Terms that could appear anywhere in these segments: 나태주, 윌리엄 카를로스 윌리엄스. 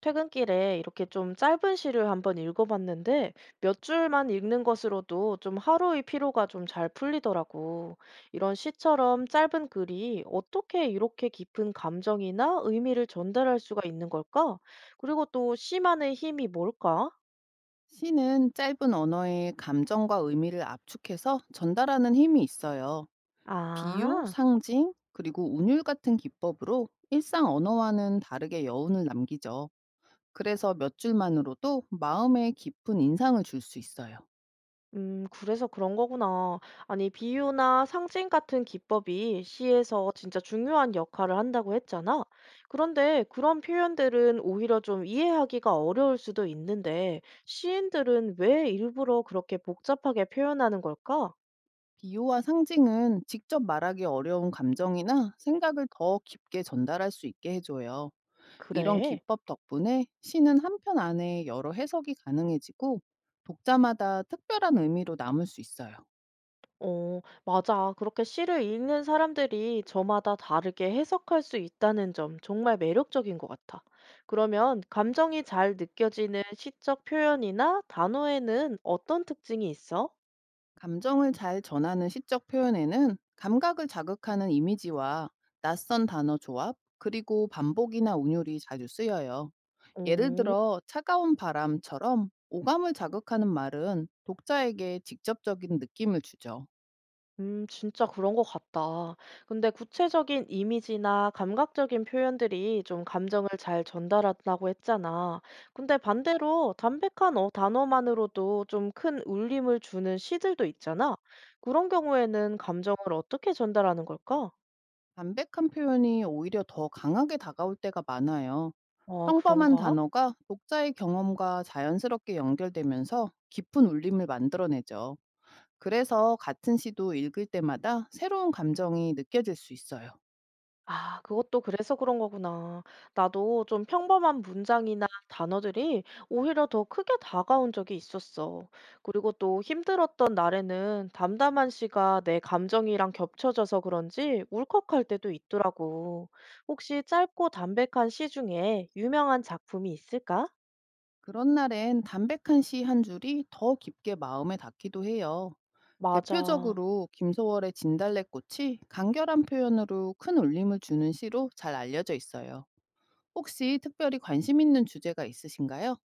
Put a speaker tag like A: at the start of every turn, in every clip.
A: 퇴근길에 이렇게 좀 짧은 시를 한번 읽어봤는데 몇 줄만 읽는 것으로도 좀 하루의 피로가 좀 잘 풀리더라고. 이런 시처럼 짧은 글이 어떻게 이렇게 깊은 감정이나 의미를 전달할 수가 있는 걸까? 그리고 또 시만의 힘이 뭘까?
B: 시는 짧은 언어의 감정과 의미를 압축해서 전달하는 힘이 있어요. 비유,
A: 아.
B: 상징, 그리고 운율 같은 기법으로 일상 언어와는 다르게 여운을 남기죠. 그래서 몇 줄만으로도 마음에 깊은 인상을 줄 수 있어요.
A: 그래서 그런 거구나. 아니, 비유나 상징 같은 기법이 시에서 진짜 중요한 역할을 한다고 했잖아. 그런데 그런 표현들은 오히려 좀 이해하기가 어려울 수도 있는데, 시인들은 왜 일부러 그렇게 복잡하게 표현하는 걸까?
B: 비유와 상징은 직접 말하기 어려운 감정이나 생각을 더 깊게 전달할 수 있게 해줘요. 이런
A: 그래.
B: 기법 덕분에 시는 한 편 안에 여러 해석이 가능해지고 독자마다 특별한 의미로 남을 수 있어요.
A: 어, 맞아. 그렇게 시를 읽는 사람들이 저마다 다르게 해석할 수 있다는 점 정말 매력적인 것 같아. 그러면 감정이 잘 느껴지는 시적 표현이나 단어에는 어떤 특징이 있어?
B: 감정을 잘 전하는 시적 표현에는 감각을 자극하는 이미지와 낯선 단어 조합, 그리고 반복이나 운율이 자주 쓰여요. 예를
A: 어.
B: 들어, 차가운 바람처럼 오감을 자극하는 말은 독자에게 직접적인 느낌을 주죠.
A: 진짜 그런 것 같다. 근데 구체적인 이미지나 감각적인 표현들이 좀 감정을 잘 전달한다고 했잖아. 근데 반대로 담백한 단어만으로도 좀 큰 울림을 주는 시들도 있잖아. 그런 경우에는 감정을 어떻게 전달하는 걸까?
B: 담백한 표현이 오히려 더 강하게 다가올 때가 많아요.
A: 아,
B: 평범한
A: 그런가?
B: 단어가 독자의 경험과 자연스럽게 연결되면서 깊은 울림을 만들어내죠. 그래서 같은 시도 읽을 때마다 새로운 감정이 느껴질 수 있어요.
A: 아, 그것도 그래서 그런 거구나. 나도 좀 평범한 문장이나 단어들이 오히려 더 크게 다가온 적이 있었어. 그리고 또 힘들었던 날에는 담담한 시가 내 감정이랑 겹쳐져서 그런지 울컥할 때도 있더라고. 혹시 짧고 담백한 시 중에 유명한 작품이 있을까?
B: 그런 날엔 담백한 시 한 줄이 더 깊게 마음에 닿기도 해요.
A: 맞아.
B: 대표적으로 김소월의 진달래꽃이 간결한 표현으로 큰 울림을 주는 시로 잘 알려져 있어요. 혹시 특별히 관심 있는 주제가 있으신가요?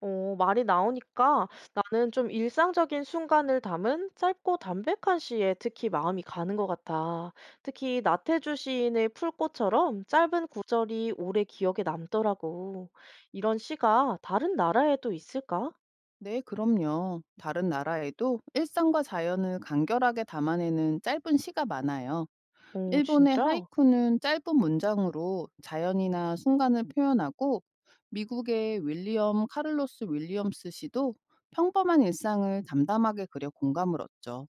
A: 어, 말이 나오니까 나는 좀 일상적인 순간을 담은 짧고 담백한 시에 특히 마음이 가는 것 같아. 특히 나태주 시인의 풀꽃처럼 짧은 구절이 오래 기억에 남더라고. 이런 시가 다른 나라에도 있을까?
B: 네, 그럼요. 다른 나라에도 일상과 자연을 간결하게 담아내는 짧은 시가 많아요.
A: 오
B: 일본의
A: 진짜?
B: 하이쿠는 짧은 문장으로 자연이나 순간을 표현하고 미국의 윌리엄 카를로스 윌리엄스 씨도 평범한 일상을 담담하게 그려 공감을 얻죠.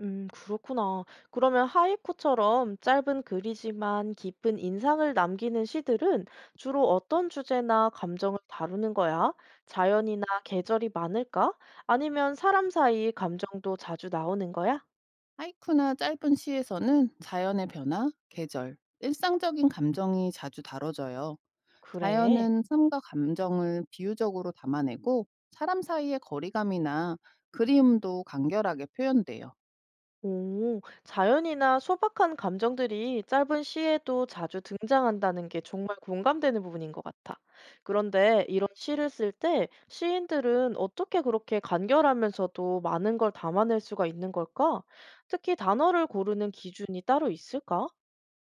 A: 그렇구나. 그러면 하이쿠처럼 짧은 글이지만 깊은 인상을 남기는 시들은 주로 어떤 주제나 감정을 다루는 거야? 자연이나 계절이 많을까? 아니면 사람 사이 감정도 자주 나오는 거야?
B: 하이쿠나 짧은 시에서는 자연의 변화, 계절, 일상적인 감정이 자주 다뤄져요.
A: 그래.
B: 자연은 삶과 감정을 비유적으로 담아내고 사람 사이의 거리감이나 그리움도 간결하게 표현돼요.
A: 오, 자연이나 소박한 감정들이 짧은 시에도 자주 등장한다는 게 정말 공감되는 부분인 것 같아. 그런데 이런 시를 쓸 때 시인들은 어떻게 그렇게 간결하면서도 많은 걸 담아낼 수가 있는 걸까? 특히 단어를 고르는 기준이 따로 있을까?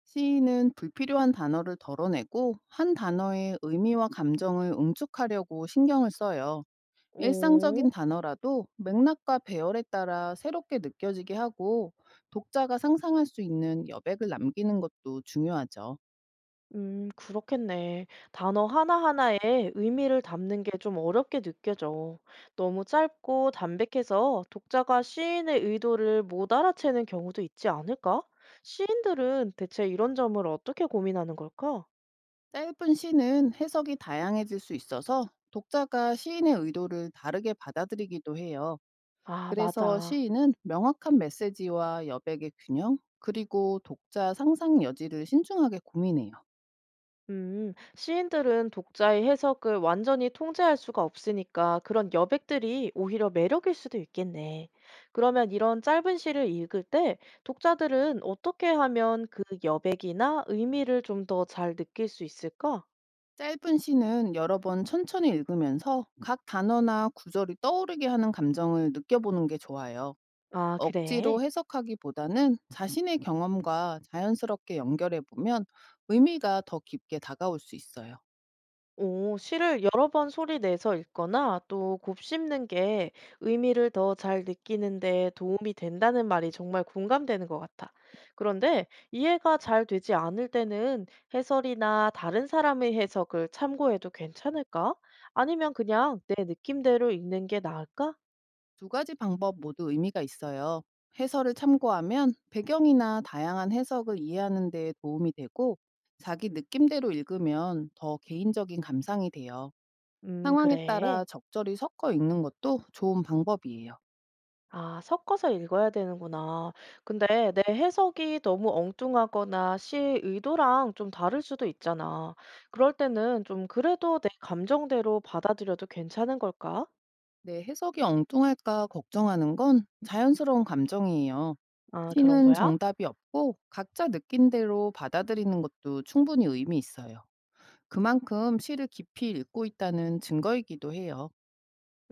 B: 시인은 불필요한 단어를 덜어내고 한 단어의 의미와 감정을 응축하려고 신경을 써요.
A: 오.
B: 일상적인 단어라도 맥락과 배열에 따라 새롭게 느껴지게 하고 독자가 상상할 수 있는 여백을 남기는 것도 중요하죠.
A: 그렇겠네. 단어 하나하나에 의미를 담는 게 좀 어렵게 느껴져. 너무 짧고 담백해서 독자가 시인의 의도를 못 알아채는 경우도 있지 않을까? 시인들은 대체 이런 점을 어떻게 고민하는 걸까?
B: 짧은 시는 해석이 다양해질 수 있어서 독자가 시인의 의도를 다르게 받아들이기도 해요.
A: 아,
B: 그래서
A: 맞아.
B: 시인은 명확한 메시지와 여백의 균형, 그리고 독자 상상 여지를 신중하게 고민해요.
A: 시인들은 독자의 해석을 완전히 통제할 수가 없으니까 그런 여백들이 오히려 매력일 수도 있겠네. 그러면 이런 짧은 시를 읽을 때 독자들은 어떻게 하면 그 여백이나 의미를 좀 더 잘 느낄 수 있을까?
B: 짧은 시는 여러 번 천천히 읽으면서 각 단어나 구절이 떠오르게 하는 감정을 느껴보는 게 좋아요.
A: 아, 그래.
B: 억지로 해석하기보다는 자신의 경험과 자연스럽게 연결해 보면 의미가 더 깊게 다가올 수 있어요.
A: 오, 시를 여러 번 소리내서 읽거나 또 곱씹는 게 의미를 더 잘 느끼는 데 도움이 된다는 말이 정말 공감되는 것 같아. 그런데 이해가 잘 되지 않을 때는 해설이나 다른 사람의 해석을 참고해도 괜찮을까? 아니면 그냥 내 느낌대로 읽는 게 나을까?
B: 두 가지 방법 모두 의미가 있어요. 해설을 참고하면 배경이나 다양한 해석을 이해하는 데 도움이 되고 자기 느낌대로 읽으면 더 개인적인 감상이 돼요. 상황에
A: 그래.
B: 따라 적절히 섞어 읽는 것도 좋은 방법이에요.
A: 아, 섞어서 읽어야 되는구나. 근데 내 해석이 너무 엉뚱하거나 시의 의도랑 좀 다를 수도 있잖아. 그럴 때는 좀 그래도 내 감정대로 받아들여도 괜찮은 걸까?
B: 내 해석이 엉뚱할까 걱정하는 건 자연스러운 감정이에요.
A: 아, 그런
B: 시는
A: 거야?
B: 정답이 없고 각자 느낀 대로 받아들이는 것도 충분히 의미 있어요. 그만큼 시를 깊이 읽고 있다는 증거이기도 해요.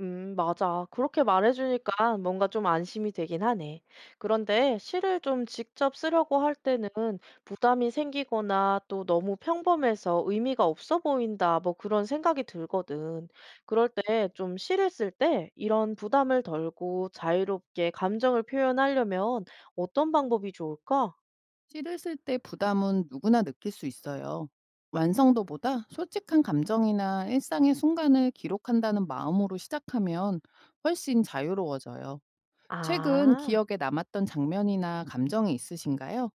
A: 맞아. 그렇게 말해주니까 뭔가 좀 안심이 되긴 하네. 그런데 시를 좀 직접 쓰려고 할 때는 부담이 생기거나 또 너무 평범해서 의미가 없어 보인다, 뭐 그런 생각이 들거든. 그럴 때 좀 시를 쓸 때 이런 부담을 덜고 자유롭게 감정을 표현하려면 어떤 방법이 좋을까?
B: 시를 쓸 때 부담은 누구나 느낄 수 있어요. 완성도보다 솔직한 감정이나 일상의 순간을 기록한다는 마음으로 시작하면 훨씬 자유로워져요. 최근
A: 아.
B: 기억에 남았던 장면이나 감정이 있으신가요?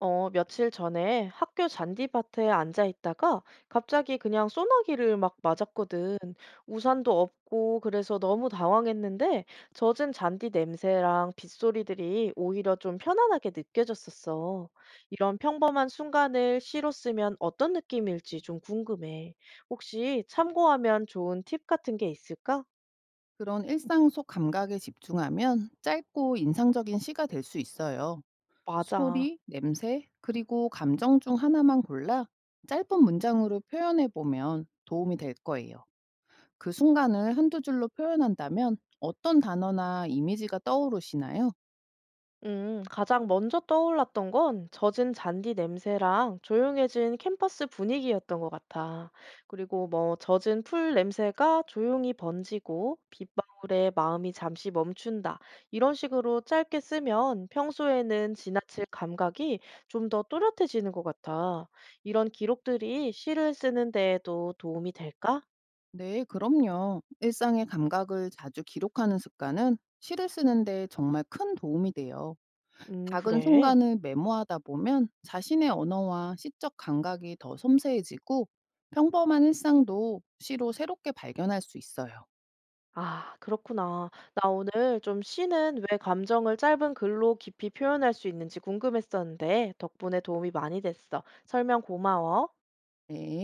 A: 어, 며칠 전에 학교 잔디밭에 앉아 있다가 갑자기 그냥 소나기를 막 맞았거든. 우산도 없고 그래서 너무 당황했는데 젖은 잔디 냄새랑 빗소리들이 오히려 좀 편안하게 느껴졌었어. 이런 평범한 순간을 시로 쓰면 어떤 느낌일지 좀 궁금해. 혹시 참고하면 좋은 팁 같은 게 있을까?
B: 그런 일상 속 감각에 집중하면 짧고 인상적인 시가 될 수 있어요.
A: 맞아.
B: 소리, 냄새, 그리고 감정 중 하나만 골라 짧은 문장으로 표현해 보면 도움이 될 거예요. 그 순간을 한두 줄로 표현한다면 어떤 단어나 이미지가 떠오르시나요?
A: 가장 먼저 떠올랐던 건 젖은 잔디 냄새랑 조용해진 캠퍼스 분위기였던 것 같아. 그리고 뭐 젖은 풀 냄새가 조용히 번지고 빗방울에 마음이 잠시 멈춘다. 이런 식으로 짧게 쓰면 평소에는 지나칠 감각이 좀 더 또렷해지는 것 같아. 이런 기록들이 시를 쓰는 데에도 도움이 될까?
B: 네, 그럼요. 일상의 감각을 자주 기록하는 습관은 시를 쓰는데 정말 큰 도움이 돼요. 작은
A: 그래.
B: 순간을 메모하다 보면 자신의 언어와 시적 감각이 더 섬세해지고 평범한 일상도 시로 새롭게 발견할 수 있어요.
A: 아, 그렇구나. 나 오늘 좀 시는 왜 감정을 짧은 글로 깊이 표현할 수 있는지 궁금했었는데, 덕분에 도움이 많이 됐어. 설명 고마워.
B: 네.